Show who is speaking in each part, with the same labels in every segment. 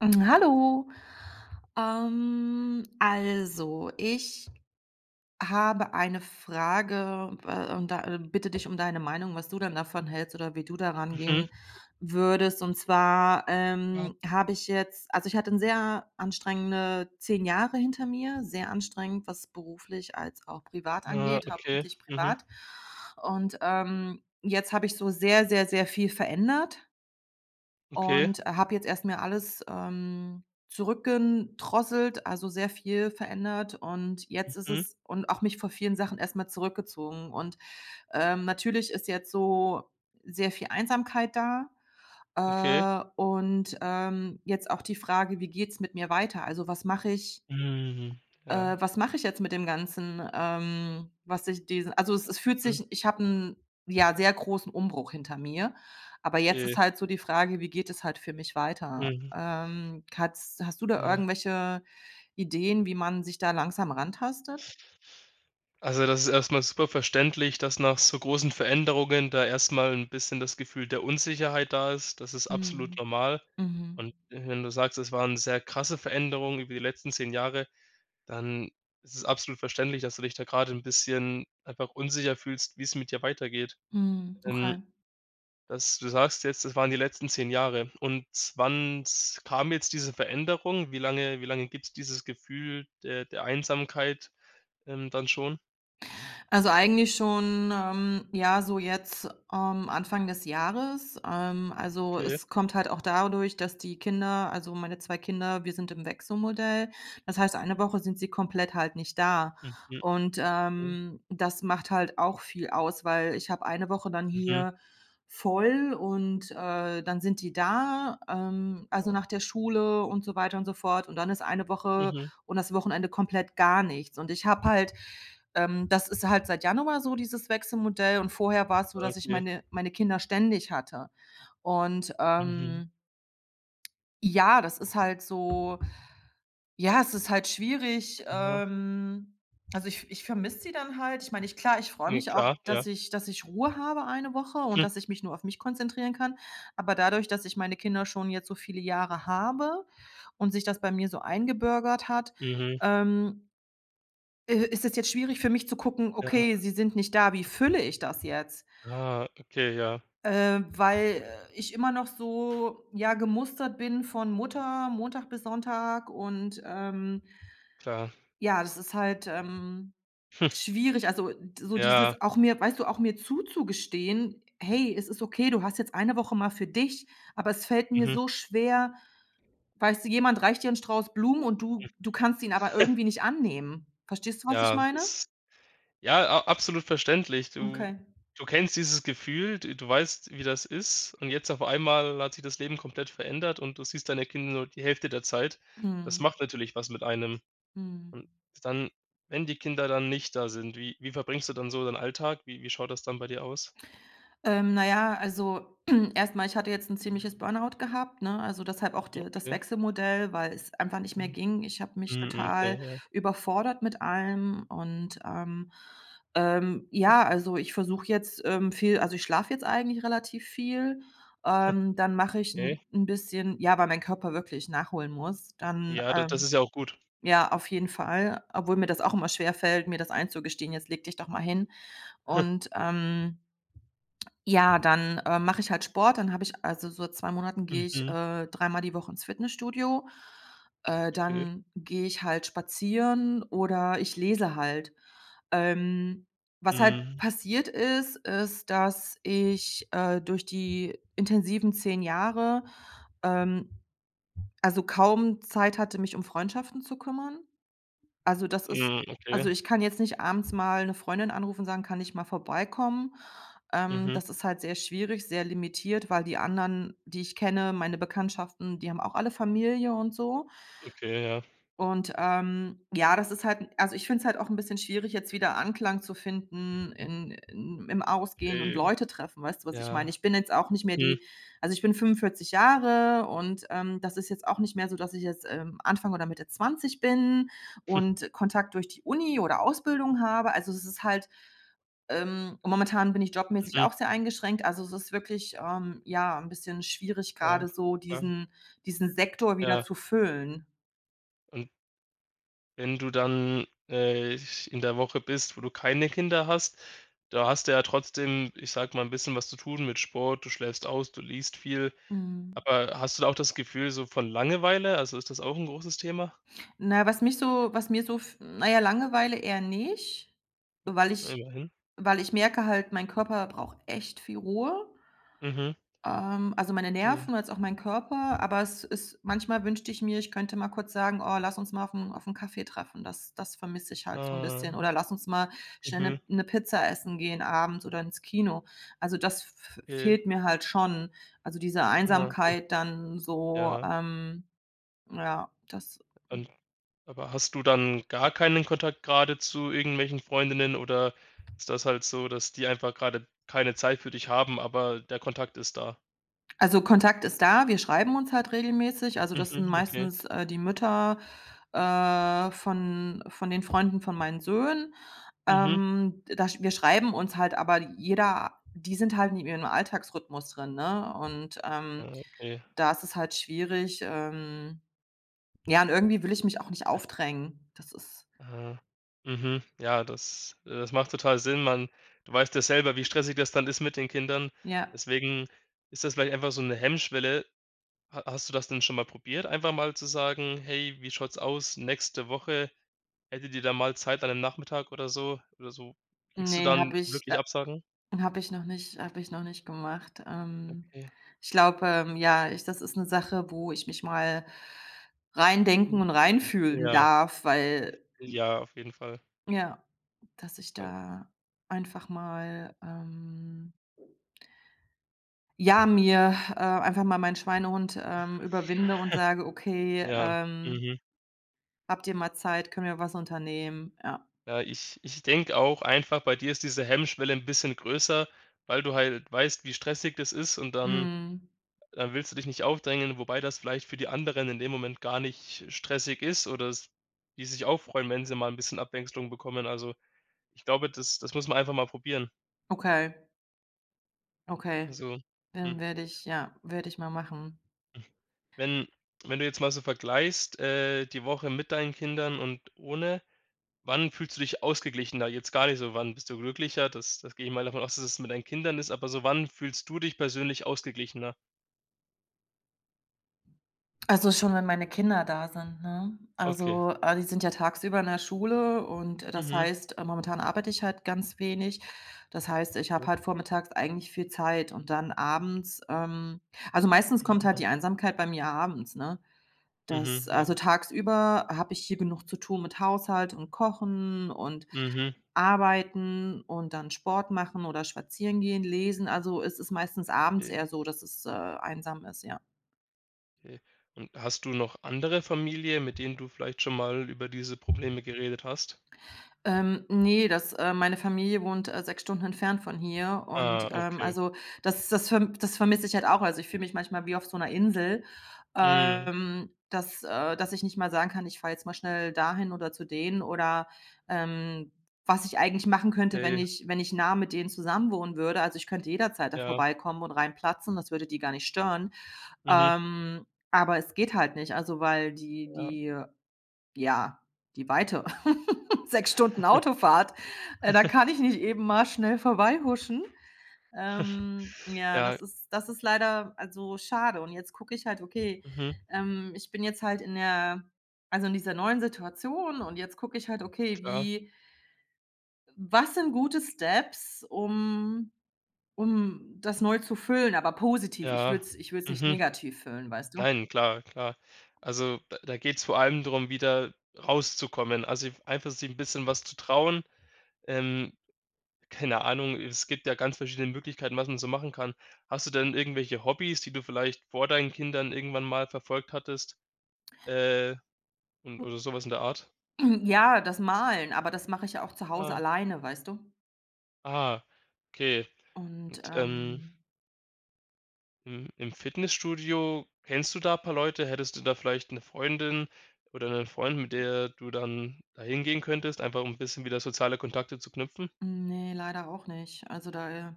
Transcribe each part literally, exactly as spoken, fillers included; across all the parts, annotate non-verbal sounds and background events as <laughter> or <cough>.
Speaker 1: Mm, Hallo. Ähm, also, ich habe eine Frage, äh, und da äh, bitte dich um deine Meinung, was du dann davon hältst oder wie du daran
Speaker 2: Mhm.
Speaker 1: gehen würdest. Und zwar,
Speaker 2: Ja.
Speaker 1: ähm, habe ich jetzt also, ich hatte 'n sehr anstrengende zehn Jahre hinter mir, sehr anstrengend, was beruflich als auch privat
Speaker 2: Ah,
Speaker 1: angeht,
Speaker 2: okay.
Speaker 1: hauptsächlich
Speaker 2: Mhm.
Speaker 1: privat. Und, ähm, jetzt habe ich so sehr, sehr, sehr viel verändert.
Speaker 2: Okay.
Speaker 1: Und äh, habe jetzt erst mal alles, ähm, zurückgedrosselt, also sehr viel verändert und jetzt ist
Speaker 2: Mhm.
Speaker 1: es und auch mich vor vielen Sachen erst mal zurückgezogen. Und, ähm, natürlich ist jetzt so sehr viel Einsamkeit da,
Speaker 2: Okay.
Speaker 1: äh, und, ähm, jetzt auch die Frage: „Wie geht's mit mir weiter?“ Also, was mache ich
Speaker 2: Mhm. Ja.
Speaker 1: äh, was mache ich jetzt mit dem Ganzen, ähm, was ich diesen also, es es fühlt
Speaker 2: Mhm.
Speaker 1: sich ich habe 'n, ja, sehr großen Umbruch hinter mir, aber jetzt ist
Speaker 2: Okay.
Speaker 1: halt so die Frage, wie geht es halt für mich weiter?
Speaker 2: Mhm.
Speaker 1: Ähm, hat's Hast du da
Speaker 2: Ja.
Speaker 1: irgendwelche Ideen, wie man sich da langsam rantastet?
Speaker 2: Also, das ist erstmal super verständlich, dass nach so großen Veränderungen da erstmal ein bisschen das Gefühl der Unsicherheit da ist. Das ist absolut
Speaker 1: Mhm.
Speaker 2: normal.
Speaker 1: Mhm.
Speaker 2: Und äh, wenn du sagst, es waren sehr krasse Veränderungen über die letzten zehn Jahre, dann ist es absolut verständlich, dass du dich da gerade ein bisschen einfach unsicher fühlst, wie es mit dir weitergeht.
Speaker 1: Mhm.
Speaker 2: Ähm
Speaker 1: Okay.
Speaker 2: Das du sagst jetzt, das waren die letzten zehn Jahre. Und wann s kam jetzt diese Veränderung? Wie lange wie lange gibt's dieses Gefühl der der Einsamkeit, ähm, dann schon?
Speaker 1: Also, eigentlich schon, ähm, ja, so jetzt, ähm, Anfang des Jahres. Ähm, also,
Speaker 2: Okay.
Speaker 1: es kommt halt auch dadurch, dass die Kinder also, meine zwei Kinder wir sind im Wechselmodell. Das heißt, eine Woche sind sie komplett halt nicht da.
Speaker 2: Mhm,
Speaker 1: Und,
Speaker 2: mhm,
Speaker 1: ähm, das macht halt auch viel aus, weil ich habe eine Woche dann
Speaker 2: mhm,
Speaker 1: hier voll und, äh, dann sind die da, ähm, also, nach der Schule und so weiter und so fort. Und dann ist eine Woche
Speaker 2: mhm,
Speaker 1: und das Wochenende komplett gar nichts. Und ich habe halt ähm, das ist halt seit Januar so, dieses Wechselmodell. Und vorher war es so, dass ich
Speaker 2: okay,
Speaker 1: meine, meine Kinder ständig hatte. Und
Speaker 2: mhm,
Speaker 1: ähm, ja, das ist halt so, ja, es ist halt schwierig.
Speaker 2: ja.
Speaker 1: Ähm, also ich, ich vermisse sie dann halt. Ich meine, ich klar, ich freue
Speaker 2: Ja,
Speaker 1: mich auch,
Speaker 2: klar, ja.
Speaker 1: dass ich, dass ich Ruhe habe eine Woche und
Speaker 2: Mhm,
Speaker 1: dass ich mich nur auf mich konzentrieren kann. Aber dadurch, dass ich meine Kinder schon jetzt so viele Jahre habe und sich das bei mir so eingebürgert hat,
Speaker 2: mhm,
Speaker 1: ähm, äh, ist es jetzt schwierig für mich zu gucken: „Okay,
Speaker 2: ja.
Speaker 1: sie sind nicht da, wie fülle ich das jetzt?“
Speaker 2: Ah, okay, ja,
Speaker 1: Äh, weil äh, ich immer noch so, ja, gemustert bin von Mutter, Montag bis Sonntag und, ähm,
Speaker 2: klar.
Speaker 1: ja, das ist halt, ähm,
Speaker 2: <laughs>
Speaker 1: schwierig. Also, d so
Speaker 2: Ja,
Speaker 1: dieses auch mir weißt du, auch mir zuzugestehen: „Hey, es ist okay, du hast jetzt eine Woche mal für dich.“ Aber es fällt mir
Speaker 2: mhm,
Speaker 1: so schwer weißt du, jemand reicht dir einen Strauß Blumen und du du kannst ihn aber irgendwie
Speaker 2: <laughs>
Speaker 1: nicht annehmen. Verstehst du, was ich
Speaker 2: Ja,
Speaker 1: meine?
Speaker 2: das Ja, a absolut verständlich. Du
Speaker 1: Okay.
Speaker 2: du kennst dieses Gefühl, du du weißt, wie das ist, und jetzt auf einmal hat sich das Leben komplett verändert und du siehst deine Kinder nur die Hälfte der Zeit. Das
Speaker 1: Mhm.
Speaker 2: macht natürlich was mit einem.
Speaker 1: Mhm.
Speaker 2: Und dann, wenn die Kinder dann nicht da sind, wie wie verbringst du dann so deinen Alltag? Wie wie schaut das dann bei dir aus?
Speaker 1: Ähm, na ja, also <clears throat> erstmal, ich hatte jetzt ein ziemliches Burnout gehabt, ne? Also, deshalb auch de das
Speaker 2: Okay.
Speaker 1: Wechselmodell, weil es einfach nicht mehr
Speaker 2: Mhm.
Speaker 1: ging. Ich habe mich
Speaker 2: Mhm, okay,
Speaker 1: total
Speaker 2: ja,
Speaker 1: überfordert mit allem und, ähm, ähm, ja, also, ich versuche jetzt, ähm, viel also, ich schlafe jetzt eigentlich relativ viel. Ähm, dann mache ich
Speaker 2: okay.
Speaker 1: ein 'n bisschen ja, weil mein Körper wirklich nachholen muss. Dann,
Speaker 2: Ja, da das
Speaker 1: ähm
Speaker 2: ist ja auch gut.
Speaker 1: ja, auf jeden Fall, obwohl mir das auch immer schwer fällt, mir das einzugestehen: „Jetzt leg dich doch mal hin.“ Und,
Speaker 2: <laughs>
Speaker 1: ähm ja, dann, äh, mache ich halt Sport. Dann habe ich also so zwei Monaten gehe ich,
Speaker 2: Mhm,
Speaker 1: äh, dreimal die Woche ins Fitnessstudio. Äh,
Speaker 2: okay.
Speaker 1: dann gehe ich halt spazieren oder ich lese halt. Ähm, was halt
Speaker 2: Mhm,
Speaker 1: passiert ist, ist, dass ich, äh, durch die intensiven zehn Jahre, ähm, also kaum Zeit hatte, mich um Freundschaften zu kümmern. Also, das ist
Speaker 2: mhm,
Speaker 1: also,
Speaker 2: okay.
Speaker 1: ich kann jetzt nicht abends mal 'ne Freundin anrufen und sagen: „Kann ich mal vorbeikommen?“ Ähm,
Speaker 2: Mhm,
Speaker 1: das ist halt sehr schwierig, sehr limitiert, weil die anderen, die ich kenne meine Bekanntschaften, die haben auch alle Familie und so.
Speaker 2: okay, ja.
Speaker 1: Und, ähm, ja, das ist halt also, ich finde es halt auch ein bisschen schwierig, jetzt wieder Anklang zu finden
Speaker 2: Mhm,
Speaker 1: in in im Ausgehen und
Speaker 2: äh,
Speaker 1: Leute treffen, weißt du, was ich meine?
Speaker 2: ja.
Speaker 1: Ich bin jetzt auch nicht mehr
Speaker 2: Mhm.
Speaker 1: die also, ich bin fünfundvierzig Jahre und, ähm, das ist jetzt auch nicht mehr so, dass ich jetzt, ähm, Anfang oder Mitte zwanzig bin und
Speaker 2: <laughs>
Speaker 1: Kontakt durch die Uni oder Ausbildung habe. Also, es ist halt ähm, und momentan bin ich jobmäßig auch sehr eingeschränkt. Also, es ist wirklich, ähm, ja, ein bisschen schwierig,
Speaker 2: Ja,
Speaker 1: gerade so
Speaker 2: ja,
Speaker 1: diesen diesen Sektor wieder
Speaker 2: ja.
Speaker 1: zu füllen.
Speaker 2: Und wenn du dann, äh, in der Woche bist, wo du keine Kinder hast, da hast du ja trotzdem, ich sage mal, ein bisschen was zu tun mit Sport, du schläfst aus, du liest viel.
Speaker 1: Mhm.
Speaker 2: Aber hast du da auch das Gefühl so von Langeweile? Also, ist das auch ein großes Thema?
Speaker 1: Na, was mich so was mir so f na ja, Langeweile eher nicht,
Speaker 2: Okay,
Speaker 1: weil ich
Speaker 2: immerhin.
Speaker 1: weil ich merke halt, mein Körper braucht echt viel Ruhe,
Speaker 2: Mhm.
Speaker 1: ähm, also meine
Speaker 2: Okay.
Speaker 1: Nerven als auch mein Körper, aber es ist manchmal wünschte ich mir, ich könnte mal kurz sagen: „Oh, lass uns mal auf einen auf 'n Kaffee treffen.“ Das das vermisse ich halt so ein bisschen
Speaker 2: Ah.
Speaker 1: oder lass uns mal schnell
Speaker 2: Mhm.
Speaker 1: eine 'ne Pizza essen gehen abends oder ins Kino. Also, das f
Speaker 2: Okay.
Speaker 1: fehlt mir halt schon. Also, diese
Speaker 2: Ah,
Speaker 1: Einsamkeit dann so,
Speaker 2: ja.
Speaker 1: ähm, ja, das hm.
Speaker 2: Und Aber hast du dann gar keinen Kontakt gerade zu irgendwelchen Freundinnen, oder ist das halt so, dass die einfach gerade keine Zeit für dich haben, aber der Kontakt ist da?
Speaker 1: Also, Kontakt ist da, wir schreiben uns halt regelmäßig. Also, das sind
Speaker 2: Mhm, okay.
Speaker 1: meistens, äh, die Mütter, äh, von von den Freunden von meinen Söhnen.
Speaker 2: Mhm.
Speaker 1: Ähm, da sch Wir schreiben uns halt, aber jeder die sind halt in ihrem Alltagsrhythmus drin, ne? Und, ähm,
Speaker 2: Ah, okay.
Speaker 1: da ist es halt schwierig, ähm ja, und irgendwie will ich mich auch nicht aufdrängen. Das ist
Speaker 2: Ah. Mhm. Ja, das äh, das macht total Sinn. Man Du weißt ja selber, wie stressig das dann ist mit den Kindern.
Speaker 1: ja,
Speaker 2: Deswegen ist das vielleicht einfach so eine Hemmschwelle. Ha Hast du das denn schon mal probiert, einfach mal zu sagen: „Hey, wie schaut's aus nächste Woche? Hättet ihr da mal Zeit an 'nem Nachmittag oder so oder so? Kriegst du
Speaker 1: ne,
Speaker 2: dann
Speaker 1: habe ich
Speaker 2: wirklich
Speaker 1: äh,
Speaker 2: Absagen?“
Speaker 1: Habe ich noch nicht habe ich noch nicht gemacht. Ähm,
Speaker 2: Okay.
Speaker 1: ich glaube, ähm, ja, ich das ist eine Sache, wo ich mich mal
Speaker 2: Hm,
Speaker 1: reindenken und reinfühlen
Speaker 2: ja,
Speaker 1: darf, weil
Speaker 2: ja, auf jeden Fall.
Speaker 1: ja, dass ich
Speaker 2: Weil
Speaker 1: da einfach mal, ähm, ja, mir, äh, einfach mal meinen Schweinehund, ähm, überwinde und sage: „Okay,
Speaker 2: ja,
Speaker 1: ähm,
Speaker 2: mhm.
Speaker 1: habt ihr mal Zeit? Können wir was unternehmen?“ Ja.
Speaker 2: Ja, ich ich denke auch einfach, bei dir ist diese Hemmschwelle 'n bisschen größer, weil du halt weißt, wie stressig das ist, und dann
Speaker 1: Mhm.
Speaker 2: dann willst du dich nicht aufdrängen, wobei das vielleicht für die anderen in dem Moment gar nicht stressig ist, oder s die sich auch freuen, wenn sie mal 'n bisschen Abwechslung bekommen. Also, ich glaube, das das muss man einfach mal probieren.
Speaker 1: Okay, okay.
Speaker 2: Also, mhm.
Speaker 1: Dann werde ich ja, werde ich mal machen.
Speaker 2: Wenn wenn du jetzt mal so vergleichst, äh, die Woche mit deinen Kindern und ohne, wann fühlst du dich ausgeglichener? Jetzt gar nicht so, wann bist du glücklicher? Das das gehe ich mal davon aus, dass es mit deinen Kindern ist, aber so wann fühlst du dich persönlich ausgeglichener?
Speaker 1: Also, schon, wenn meine Kinder da sind, ne?
Speaker 2: Okay.
Speaker 1: Also, äh, die sind ja tagsüber in der Schule und, äh, das
Speaker 2: Mhm.
Speaker 1: heißt, äh, momentan arbeite ich halt ganz wenig. Das heißt, ich habe
Speaker 2: Ja.
Speaker 1: halt vormittags eigentlich viel Zeit und dann abends, ähm also, meistens kommt halt die Einsamkeit bei mir abends, ne? Das
Speaker 2: Mhm,
Speaker 1: Also,
Speaker 2: ja.
Speaker 1: tagsüber habe ich hier genug zu tun mit Haushalt und Kochen und
Speaker 2: Mhm.
Speaker 1: Arbeiten und dann Sport machen oder spazieren gehen, lesen. Also, es ist meistens abends
Speaker 2: Okay,
Speaker 1: eher so, dass es, äh, einsam ist, ja.
Speaker 2: okay. Und hast du noch andere Familie, mit denen du vielleicht schon mal über diese Probleme geredet hast?
Speaker 1: Ähm, ne, das äh, meine Familie wohnt, äh, sechs Stunden entfernt von hier und,
Speaker 2: Ah,
Speaker 1: ähm,
Speaker 2: okay.
Speaker 1: also, das das verm das vermisse ich halt auch. Also, ich fühle mich manchmal wie auf so einer Insel,
Speaker 2: Mhm.
Speaker 1: ähm, dass äh, dass ich nicht mal sagen kann: „Ich fahre jetzt mal schnell dahin oder zu denen“ oder, ähm, was ich eigentlich machen könnte, wenn
Speaker 2: Okay,
Speaker 1: ich wenn ich nah mit denen zusammenwohnen würde. Also, ich könnte jederzeit da
Speaker 2: ja.
Speaker 1: vorbeikommen und reinplatzen, das würde die gar nicht stören.
Speaker 2: Mhm.
Speaker 1: Ähm, aber es geht halt nicht, also, weil die
Speaker 2: Ja.
Speaker 1: die ja, die Weite. <laughs> Sechs Stunden Autofahrt. Äh, da kann ich
Speaker 2: <laughs>
Speaker 1: nicht eben mal schnell vorbeihuschen. Ähm, ja,
Speaker 2: Ja,
Speaker 1: das ist das ist leider also schade. Und jetzt gucke ich halt, okay,
Speaker 2: mhm,
Speaker 1: ähm, ich bin jetzt halt in der also in dieser neuen Situation und jetzt gucke ich halt, okay,
Speaker 2: klar.
Speaker 1: wie was sind gute Steps, um um das neu zu füllen, aber positiv. Ich
Speaker 2: Ja.
Speaker 1: würde es ich würde nicht
Speaker 2: Mhm.
Speaker 1: negativ füllen, weißt du?
Speaker 2: Nein, klar, klar. Also, da da geht's vor allem darum, wieder rauszukommen. Also, einfach sich ein bisschen was zu trauen. Ähm, Keine Ahnung, es gibt ja ganz verschiedene Möglichkeiten, was man so machen kann. Hast du denn irgendwelche Hobbys, die du vielleicht vor deinen Kindern irgendwann mal verfolgt hattest, äh, und oder
Speaker 1: <clears throat>
Speaker 2: sowas in der Art?
Speaker 1: Ja, das Malen, aber das mache ich ja auch zu Hause
Speaker 2: Ah,
Speaker 1: alleine, weißt du?
Speaker 2: ah, okay.
Speaker 1: Und,
Speaker 2: Und, ähm
Speaker 1: ähm
Speaker 2: Hm, im Fitnessstudio, kennst du da ein paar Leute? Hättest du da vielleicht eine Freundin oder einen Freund, mit der du dann da hingehen könntest, einfach um ein bisschen wieder soziale Kontakte zu knüpfen?
Speaker 1: ne, leider auch nicht. Also, da äh,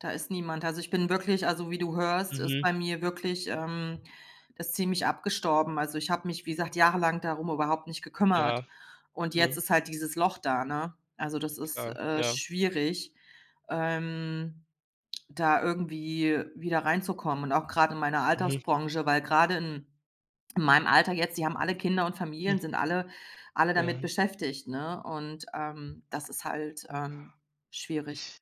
Speaker 1: da ist niemand. Also, ich bin wirklich also, wie du hörst, ist
Speaker 2: Mhm,
Speaker 1: bei mir wirklich, ähm das ziemlich abgestorben. Also, ich habe mich, wie gesagt, jahrelang darum überhaupt nicht
Speaker 2: ja,
Speaker 1: gekümmert. Und
Speaker 2: mhm,
Speaker 1: jetzt ist halt dieses Loch da, ne? Also, das ist,
Speaker 2: klar,
Speaker 1: äh,
Speaker 2: ja.
Speaker 1: schwierig, ähm, da irgendwie wieder reinzukommen und auch gerade in meiner
Speaker 2: Mhm,
Speaker 1: Altersbranche, weil gerade in in meinem Alter jetzt, die haben alle Kinder und
Speaker 2: hm,
Speaker 1: Familien, sind alle alle damit
Speaker 2: ja.
Speaker 1: beschäftigt, ne? Und, ähm, das ist halt, ähm, schwierig.
Speaker 2: Ich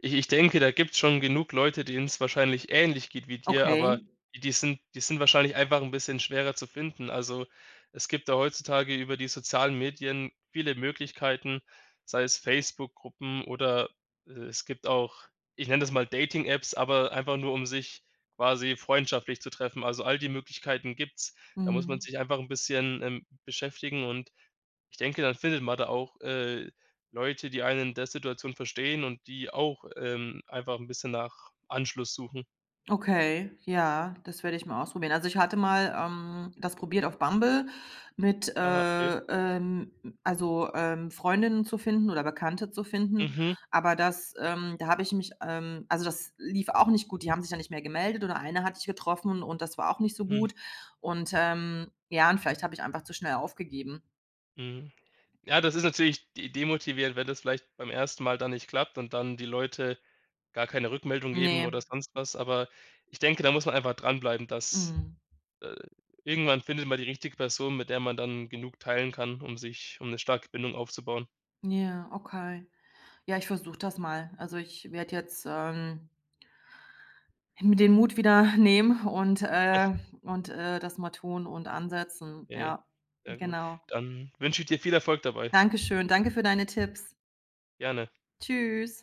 Speaker 2: Ich ich denke, da gibt's schon genug Leute, denen es wahrscheinlich ähnlich geht wie dir,
Speaker 1: Okay.
Speaker 2: aber die die sind die sind wahrscheinlich einfach ein bisschen schwerer zu finden. Also, es gibt da heutzutage über die sozialen Medien viele Möglichkeiten, sei es Facebook-Gruppen oder, äh, es gibt auch, ich nenne das mal Dating-Apps, aber einfach nur, um sich quasi freundschaftlich zu treffen. Also, all die Möglichkeiten gibt's. Da muss man
Speaker 1: Mhm.
Speaker 2: sich einfach ein bisschen, ähm, beschäftigen, und ich denke, dann findet man da auch, äh, Leute, die einen in der Situation verstehen und die auch, ähm, einfach ein bisschen nach Anschluss suchen.
Speaker 1: Okay, ja, das werde ich mal ausprobieren. Also, ich hatte mal, ähm, das probiert auf Bumble mit,
Speaker 2: Ah, okay.
Speaker 1: äh, ähm, also, ähm, Freundinnen zu finden oder Bekannte zu finden,
Speaker 2: Mhm,
Speaker 1: aber das, ähm da habe ich mich, ähm also, das lief auch nicht gut. Die haben sich dann nicht mehr gemeldet oder eine hatte ich getroffen und das war auch nicht so
Speaker 2: mhm,
Speaker 1: gut und, ähm, ja, und vielleicht habe ich einfach zu schnell aufgegeben.
Speaker 2: mhm. Ja, das ist natürlich de demotivierend, wenn das vielleicht beim ersten Mal dann nicht klappt und dann die Leute gar keine Rückmeldung
Speaker 1: Ne,
Speaker 2: geben oder sonst was, aber ich denke, da muss man einfach dranbleiben, dass,
Speaker 1: mhm.
Speaker 2: äh irgendwann findet man die richtige Person, mit der man dann genug teilen kann, um sich um eine starke Bindung aufzubauen.
Speaker 1: Ja, okay. Ja, ich versuche das mal. Also, ich werde jetzt, ähm mir den Mut wieder <laughs> nehmen und, äh und, äh, das mal tun und ansetzen.
Speaker 2: Okay,
Speaker 1: Ja,
Speaker 2: sehr gut.
Speaker 1: genau.
Speaker 2: Dann wünsche ich dir viel Erfolg dabei.
Speaker 1: Dankeschön. Danke für deine Tipps.
Speaker 2: Gerne.
Speaker 1: Tschüss.